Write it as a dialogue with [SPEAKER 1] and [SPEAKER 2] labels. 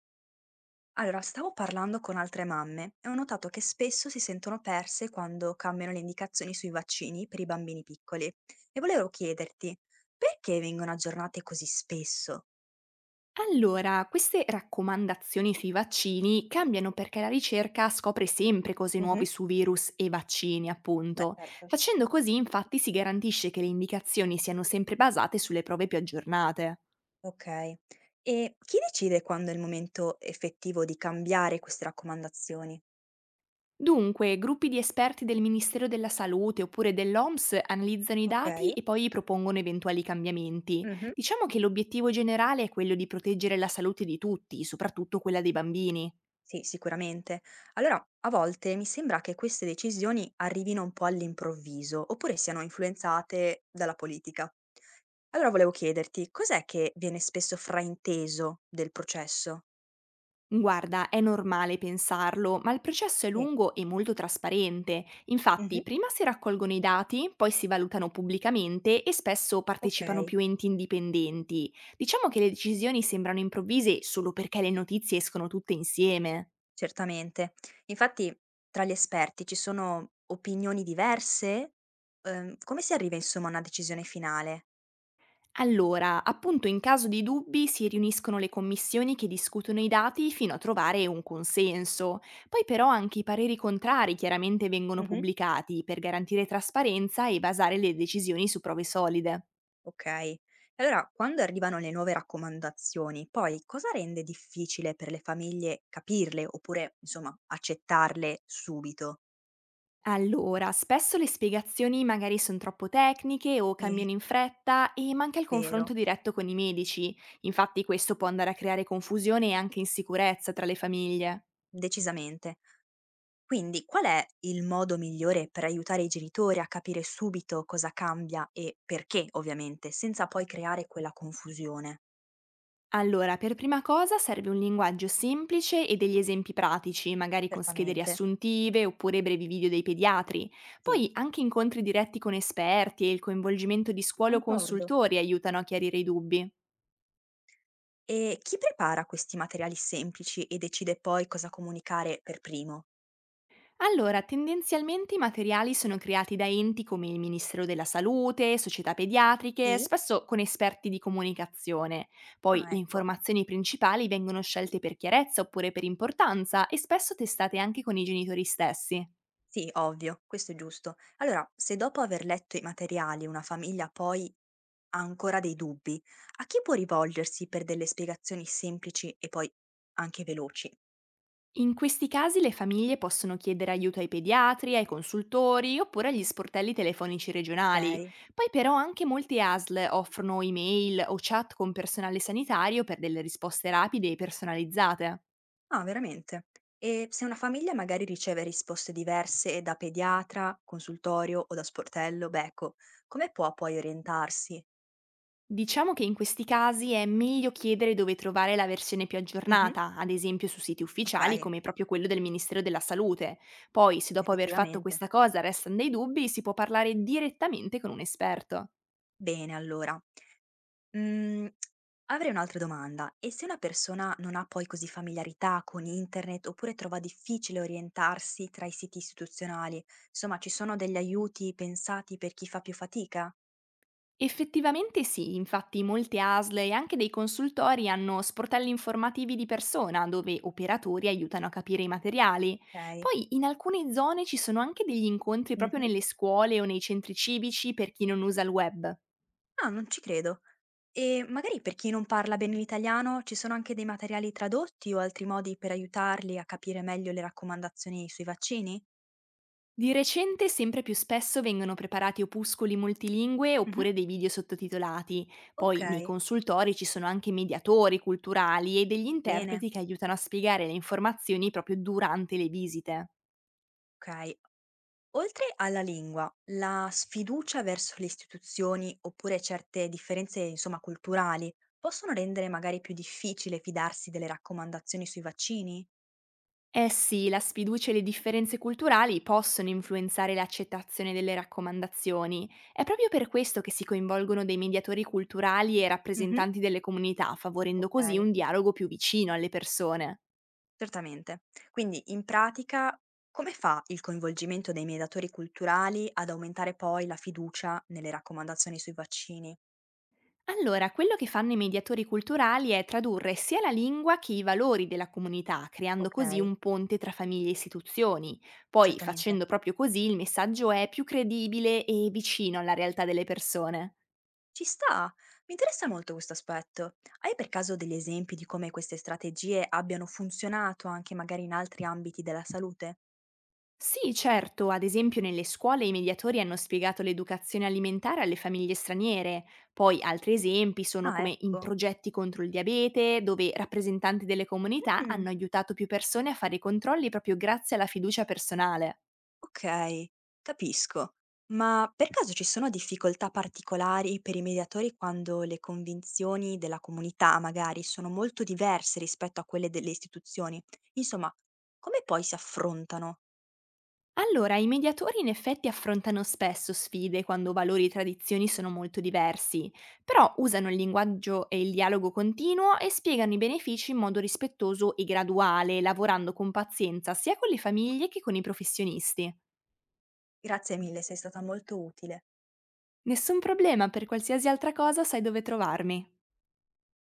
[SPEAKER 1] Allora, stavo parlando con altre mamme e ho notato che spesso si sentono perse quando cambiano le indicazioni sui vaccini per i bambini piccoli. E volevo chiederti, perché vengono aggiornate così spesso?
[SPEAKER 2] Allora, queste raccomandazioni sui vaccini cambiano perché la ricerca scopre sempre cose
[SPEAKER 1] Mhm.
[SPEAKER 2] nuove su virus e vaccini,
[SPEAKER 1] Beh,
[SPEAKER 2] appunto.
[SPEAKER 1] certo.
[SPEAKER 2] Facendo così, infatti, si garantisce che le indicazioni siano sempre basate sulle prove più aggiornate.
[SPEAKER 1] Ok. E chi decide quando è il momento effettivo di cambiare queste raccomandazioni?
[SPEAKER 2] Dunque, gruppi di esperti del Ministero della Salute oppure dell'OMS analizzano i
[SPEAKER 1] Ok.
[SPEAKER 2] dati e poi propongono eventuali cambiamenti.
[SPEAKER 1] Mhm.
[SPEAKER 2] Diciamo che l'obiettivo generale è quello di proteggere la salute di tutti, soprattutto quella dei bambini.
[SPEAKER 1] Sì, sicuramente. Allora, a volte mi sembra che queste decisioni arrivino un po' all'improvviso, oppure siano influenzate dalla politica. Allora volevo chiederti, cos'è che viene spesso frainteso del processo?
[SPEAKER 2] Guarda, è normale pensarlo, ma il processo è
[SPEAKER 1] Sì.
[SPEAKER 2] lungo e molto trasparente.
[SPEAKER 1] Mhm.
[SPEAKER 2] Infatti, prima si raccolgono i dati, poi si valutano pubblicamente e spesso
[SPEAKER 1] Ok,
[SPEAKER 2] partecipano più enti indipendenti. Diciamo che le decisioni sembrano improvvise solo perché le notizie escono tutte insieme.
[SPEAKER 1] certamente. Infatti, tra gli esperti ci sono opinioni diverse? Come si arriva, insomma, a una decisione finale?
[SPEAKER 2] Allora, appunto in caso di dubbi si riuniscono le commissioni che discutono i dati fino a trovare un consenso. Poi però anche i pareri contrari chiaramente vengono
[SPEAKER 1] Mhm.
[SPEAKER 2] pubblicati per garantire trasparenza e basare le decisioni su prove solide.
[SPEAKER 1] Okay. E allora, quando arrivano le nuove raccomandazioni, poi cosa rende difficile per le famiglie capirle oppure, insomma, accettarle subito?
[SPEAKER 2] Allora, spesso le spiegazioni magari sono troppo tecniche o
[SPEAKER 1] Eh,
[SPEAKER 2] cambiano in fretta e manca il confronto
[SPEAKER 1] vero,
[SPEAKER 2] diretto con i medici. Infatti questo può andare a creare confusione e anche insicurezza tra le famiglie.
[SPEAKER 1] decisamente. Quindi qual è il modo migliore per aiutare i genitori a capire subito cosa cambia e perché, ovviamente, senza poi creare quella confusione?
[SPEAKER 2] Allora, per prima cosa serve un linguaggio semplice e degli esempi pratici, magari con schede
[SPEAKER 1] Certamente,
[SPEAKER 2] riassuntive oppure brevi video dei pediatri.
[SPEAKER 1] sì,
[SPEAKER 2] Poi anche incontri diretti con esperti e il coinvolgimento di scuole o
[SPEAKER 1] concordo.
[SPEAKER 2] consultori aiutano a chiarire i dubbi.
[SPEAKER 1] E chi prepara questi materiali semplici e decide poi cosa comunicare per primo?
[SPEAKER 2] Allora, tendenzialmente i materiali sono creati da enti come il Ministero della Salute, società pediatriche,
[SPEAKER 1] Sì?
[SPEAKER 2] spesso con esperti di comunicazione. Poi
[SPEAKER 1] Ah,
[SPEAKER 2] le
[SPEAKER 1] ecco.
[SPEAKER 2] informazioni principali vengono scelte per chiarezza oppure per importanza e spesso testate anche con i genitori stessi.
[SPEAKER 1] Sì, ovvio, questo è giusto. Allora, se dopo aver letto i materiali una famiglia poi ha ancora dei dubbi, a chi può rivolgersi per delle spiegazioni semplici e poi anche veloci?
[SPEAKER 2] In questi casi le famiglie possono chiedere aiuto ai pediatri, ai consultori oppure agli sportelli telefonici regionali.
[SPEAKER 1] Ok?
[SPEAKER 2] Poi però anche molte ASL offrono email o chat con personale sanitario per delle risposte rapide e personalizzate.
[SPEAKER 1] Ah, veramente. E se una famiglia magari riceve risposte diverse da pediatra, consultorio o da sportello, beh, ecco, come può poi orientarsi?
[SPEAKER 2] Diciamo che in questi casi è meglio chiedere dove trovare la versione più
[SPEAKER 1] Mhm.
[SPEAKER 2] aggiornata, ad esempio su siti
[SPEAKER 1] Ok,
[SPEAKER 2] ufficiali come proprio quello del Ministero della Salute. Poi, se dopo aver fatto
[SPEAKER 1] effettivamente.
[SPEAKER 2] questa cosa restano dei dubbi, si può parlare direttamente con un esperto.
[SPEAKER 1] Bene, allora. Mhmm, avrei un'altra domanda: e se una persona non ha poi così familiarità con internet, oppure trova difficile orientarsi tra i siti istituzionali, insomma ci sono degli aiuti pensati per chi fa più fatica?
[SPEAKER 2] Effettivamente sì, infatti molte ASL e anche dei consultori hanno sportelli informativi di persona dove operatori aiutano a capire i materiali.
[SPEAKER 1] Okay.
[SPEAKER 2] Poi in alcune zone ci sono anche degli incontri proprio
[SPEAKER 1] Mh-mh.
[SPEAKER 2] nelle scuole o nei centri civici per chi non usa il web.
[SPEAKER 1] Ah, non ci credo. E magari per chi non parla bene l'italiano ci sono anche dei materiali tradotti o altri modi per aiutarli a capire meglio le raccomandazioni sui vaccini?
[SPEAKER 2] Di recente sempre più spesso vengono preparati opuscoli multilingue
[SPEAKER 1] Mh-mh.
[SPEAKER 2] oppure dei video sottotitolati. Poi nei
[SPEAKER 1] Okay,
[SPEAKER 2] consultori ci sono anche mediatori culturali e degli
[SPEAKER 1] bene,
[SPEAKER 2] interpreti che aiutano a spiegare le informazioni proprio durante le visite.
[SPEAKER 1] okay. Oltre alla lingua, la sfiducia verso le istituzioni oppure certe differenze, insomma, culturali possono rendere magari più difficile fidarsi delle raccomandazioni sui vaccini?
[SPEAKER 2] Eh sì, la sfiducia e le differenze culturali possono influenzare l'accettazione delle raccomandazioni. È proprio per questo che si coinvolgono dei mediatori culturali e
[SPEAKER 1] Mhm.
[SPEAKER 2] rappresentanti delle comunità, favorendo così
[SPEAKER 1] Ok,
[SPEAKER 2] un dialogo più vicino alle persone.
[SPEAKER 1] certamente. Quindi in pratica, come fa il coinvolgimento dei mediatori culturali ad aumentare poi la fiducia nelle raccomandazioni sui vaccini?
[SPEAKER 2] Allora, quello che fanno i mediatori culturali è tradurre sia la lingua che i valori della comunità, creando
[SPEAKER 1] Ok,
[SPEAKER 2] così un ponte tra famiglie e istituzioni. Poi,
[SPEAKER 1] certamente.
[SPEAKER 2] facendo proprio così, il messaggio è più credibile e vicino alla realtà delle persone.
[SPEAKER 1] Ci sta, mi interessa molto questo aspetto. Hai per caso degli esempi di come queste strategie abbiano funzionato anche magari in altri ambiti della salute?
[SPEAKER 2] Sì, certo, ad esempio nelle scuole i mediatori hanno spiegato l'educazione alimentare alle famiglie straniere, poi altri esempi sono
[SPEAKER 1] Ah,
[SPEAKER 2] come in
[SPEAKER 1] ecco.
[SPEAKER 2] progetti contro il diabete, dove rappresentanti delle comunità
[SPEAKER 1] Mm,
[SPEAKER 2] hanno aiutato più persone a fare i controlli proprio grazie alla fiducia personale.
[SPEAKER 1] ok, capisco. Ma per caso ci sono difficoltà particolari per i mediatori quando le convinzioni della comunità magari sono molto diverse rispetto a quelle delle istituzioni? Insomma, come poi si affrontano?
[SPEAKER 2] Allora, i mediatori in effetti affrontano spesso sfide quando valori e tradizioni sono molto diversi, però usano il linguaggio e il dialogo continuo e spiegano i benefici in modo rispettoso e graduale, lavorando con pazienza sia con le famiglie che con i professionisti.
[SPEAKER 1] Grazie mille, sei stata molto utile.
[SPEAKER 2] Nessun problema, per qualsiasi altra cosa sai dove trovarmi.